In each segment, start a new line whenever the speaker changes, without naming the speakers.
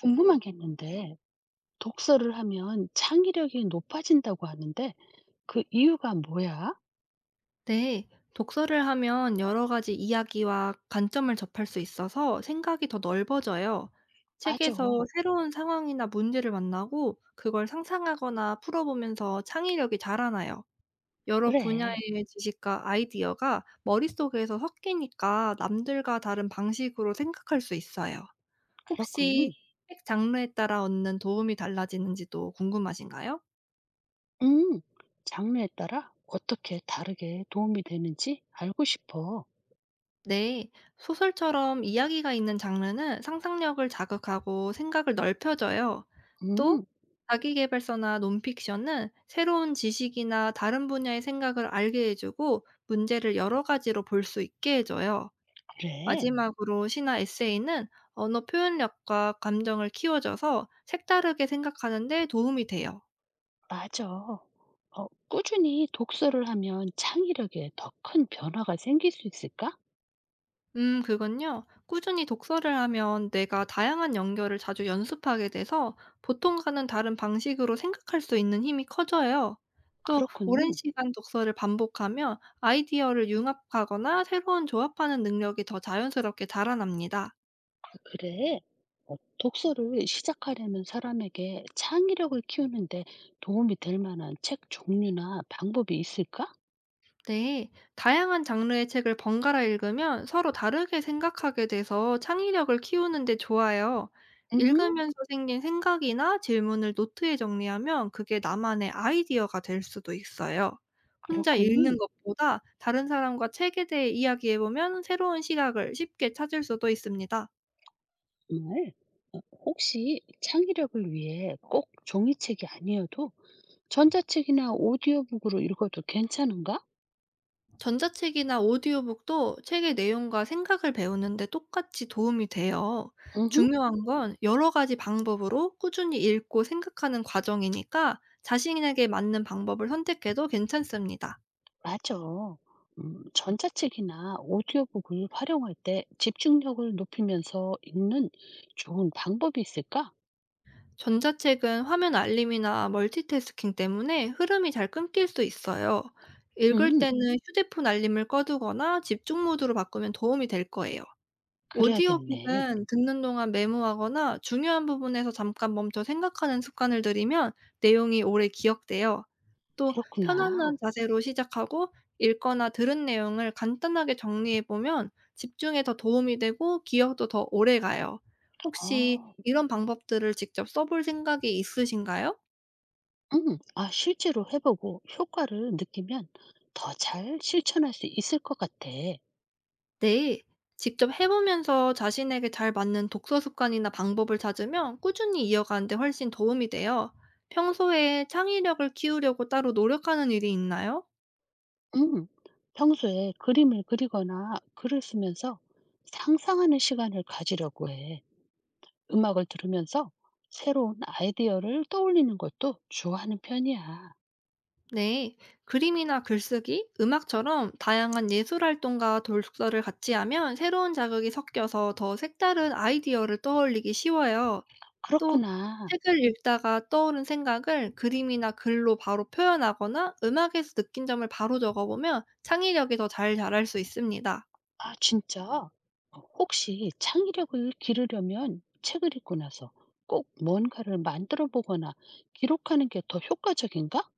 궁금한 게 있는데, 독서를 하면 창의력이 높아진다고 하는데, 그 이유가 뭐야?
네, 독서를 하면 여러 가지 이야기와 관점을 접할 수 있어서 생각이 더 넓어져요.
맞아.
책에서 새로운 상황이나 문제를 만나고 그걸 상상하거나 풀어보면서 창의력이 자라나요. 여러 분야의
그래.
지식과 아이디어가 머릿속에서 섞이니까 남들과 다른 방식으로 생각할 수 있어요.
그렇군.
혹시 책 장르에 따라 얻는 도움이 달라지는지도 궁금하신가요?
음, 장르에 따라 어떻게 다르게 도움이 되는지 알고 싶어.
네, 소설처럼 이야기가 있는 장르는 상상력을 자극하고 생각을 넓혀줘요. 또,
음,
자기계발서나 논픽션은 새로운 지식이나 다른 분야의 생각을 알게 해주고 문제를 여러 가지로 볼 수 있게 해줘요. 음.
그래.
마지막으로 시나 에세이는 언어 표현력과 감정을 키워줘서 색다르게 생각하는 데 도움이 돼요.
맞아. 꾸준히 독서를 하면 창의력에 더 큰 변화가 생길 수 있을까?
그건요. 꾸준히 독서를 하면 내가 다양한 연결을 자주 연습하게 돼서 보통과는 다른 방식으로 생각할 수 있는 힘이 커져요. 또, 오랜
그렇군.
시간 독서를 반복하면 아이디어를 융합하거나 새로운 조합하는 능력이 더 자연스럽게 자라납니다.
아 그래? 독서를 시작하려는 사람에게 창의력을 키우는데 도움이 될 만한 책 종류나 방법이 있을까?
네, 다양한 장르의 책을 번갈아 읽으면 서로 다르게 생각하게 돼서 창의력을 키우는데 좋아요.
음,
읽으면서 생긴 생각이나 질문을 노트에 정리하면 그게 나만의 아이디어가 될 수도 있어요. 혼자 읽는
그렇군요.
것보다 다른 사람과 책에 대해 이야기해보면 새로운 시각을 쉽게 찾을 수도 있습니다.
정말. 혹시 창의력을 위해 꼭 종이책이 아니어도 전자책이나 오디오북으로 읽어도 괜찮은가?
전자책이나 오디오북도 책의 내용과 생각을 배우는데 똑같이 도움이 돼요.
음,
중요한 건 여러 가지 방법으로 꾸준히 읽고 생각하는 과정이니까 자신에게 맞는 방법을 선택해도 괜찮습니다.
맞아. 전자책이나 오디오북을 활용할 때 집중력을 높이면서 읽는 좋은 방법이 있을까?
전자책은 화면 알림이나 멀티태스킹 때문에 흐름이 잘 끊길 수 있어요. 읽을
음,
때는 휴대폰 알림을 꺼두거나 집중 모드로 바꾸면 도움이 될 거예요.
그래야겠네.
오디오북은 듣는 동안 메모하거나 중요한 부분에서 잠깐 멈춰 생각하는 습관을 들이면 내용이 오래 기억돼요. 또 편안한
그렇구나.
자세로 시작하고 읽거나 들은 내용을 간단하게 정리해 보면 집중에 더 도움이 되고 기억도 더 오래 가요. 혹시
어
이런 방법들을 직접 써볼 생각이 있으신가요?
실제로 해 보고 효과를 느끼면 더 잘 실천할 수 있을 것 같아.
네. 직접 해 보면서 자신에게 잘 맞는 독서 습관이나 방법을 찾으면 꾸준히 이어가는 데 훨씬 도움이 돼요. 평소에 창의력을 키우려고 따로 노력하는 일이 있나요?
음. 평소에 그림을 그리거나 글을 쓰면서 상상하는 시간을 가지려고 해. 음악을 들으면서 새로운 아이디어를 떠올리는 것도 좋아하는 편이야.
네. 그림이나 글쓰기, 음악처럼 다양한 예술 활동과 독서를 같이 하면 새로운 자극이 섞여서 더 색다른 아이디어를 떠올리기 쉬워요. 또
그렇구나.
책을 읽다가 떠오른 생각을 그림이나 글로 바로 표현하거나 음악에서 느낀 점을 바로 적어보면 창의력이 더 잘 자랄 수 있습니다.
아 진짜? 혹시 창의력을 기르려면 책을 읽고 나서 꼭 뭔가를 만들어 보거나 기록하는 게 더 효과적인가?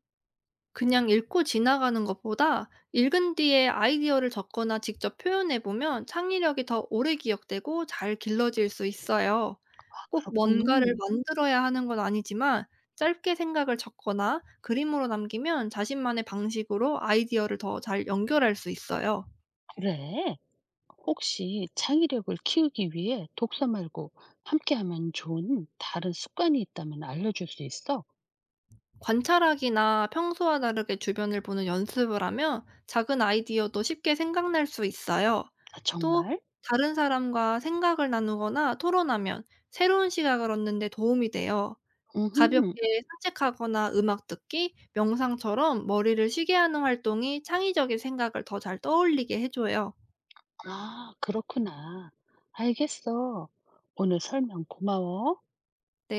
그냥 읽고 지나가는 것보다 읽은 뒤에 아이디어를 적거나 직접 표현해보면 창의력이 더 오래 기억되고 잘 길러질 수 있어요. 꼭 뭔가를
그렇군.
만들어야 하는 건 아니지만 짧게 생각을 적거나 그림으로 남기면 자신만의 방식으로 아이디어를 더 잘 연결할 수 있어요.
그래. 혹시 창의력을 키우기 위해 독서 말고 함께하면 좋은 다른 습관이 있다면 알려줄 수 있어?
관찰하기나 평소와 다르게 주변을 보는 연습을 하면 작은 아이디어도 쉽게 생각날 수 있어요.
아
또
정말?
다른 사람과 생각을 나누거나 토론하면 새로운 시각을 얻는 데 도움이 돼요.
음
가볍게 산책하거나 음악 듣기, 명상처럼 머리를 쉬게 하는 활동이 창의적인 생각을 더 잘 떠올리게 해줘요.
그렇구나. 알겠어. 오늘 설명 고마워.
네.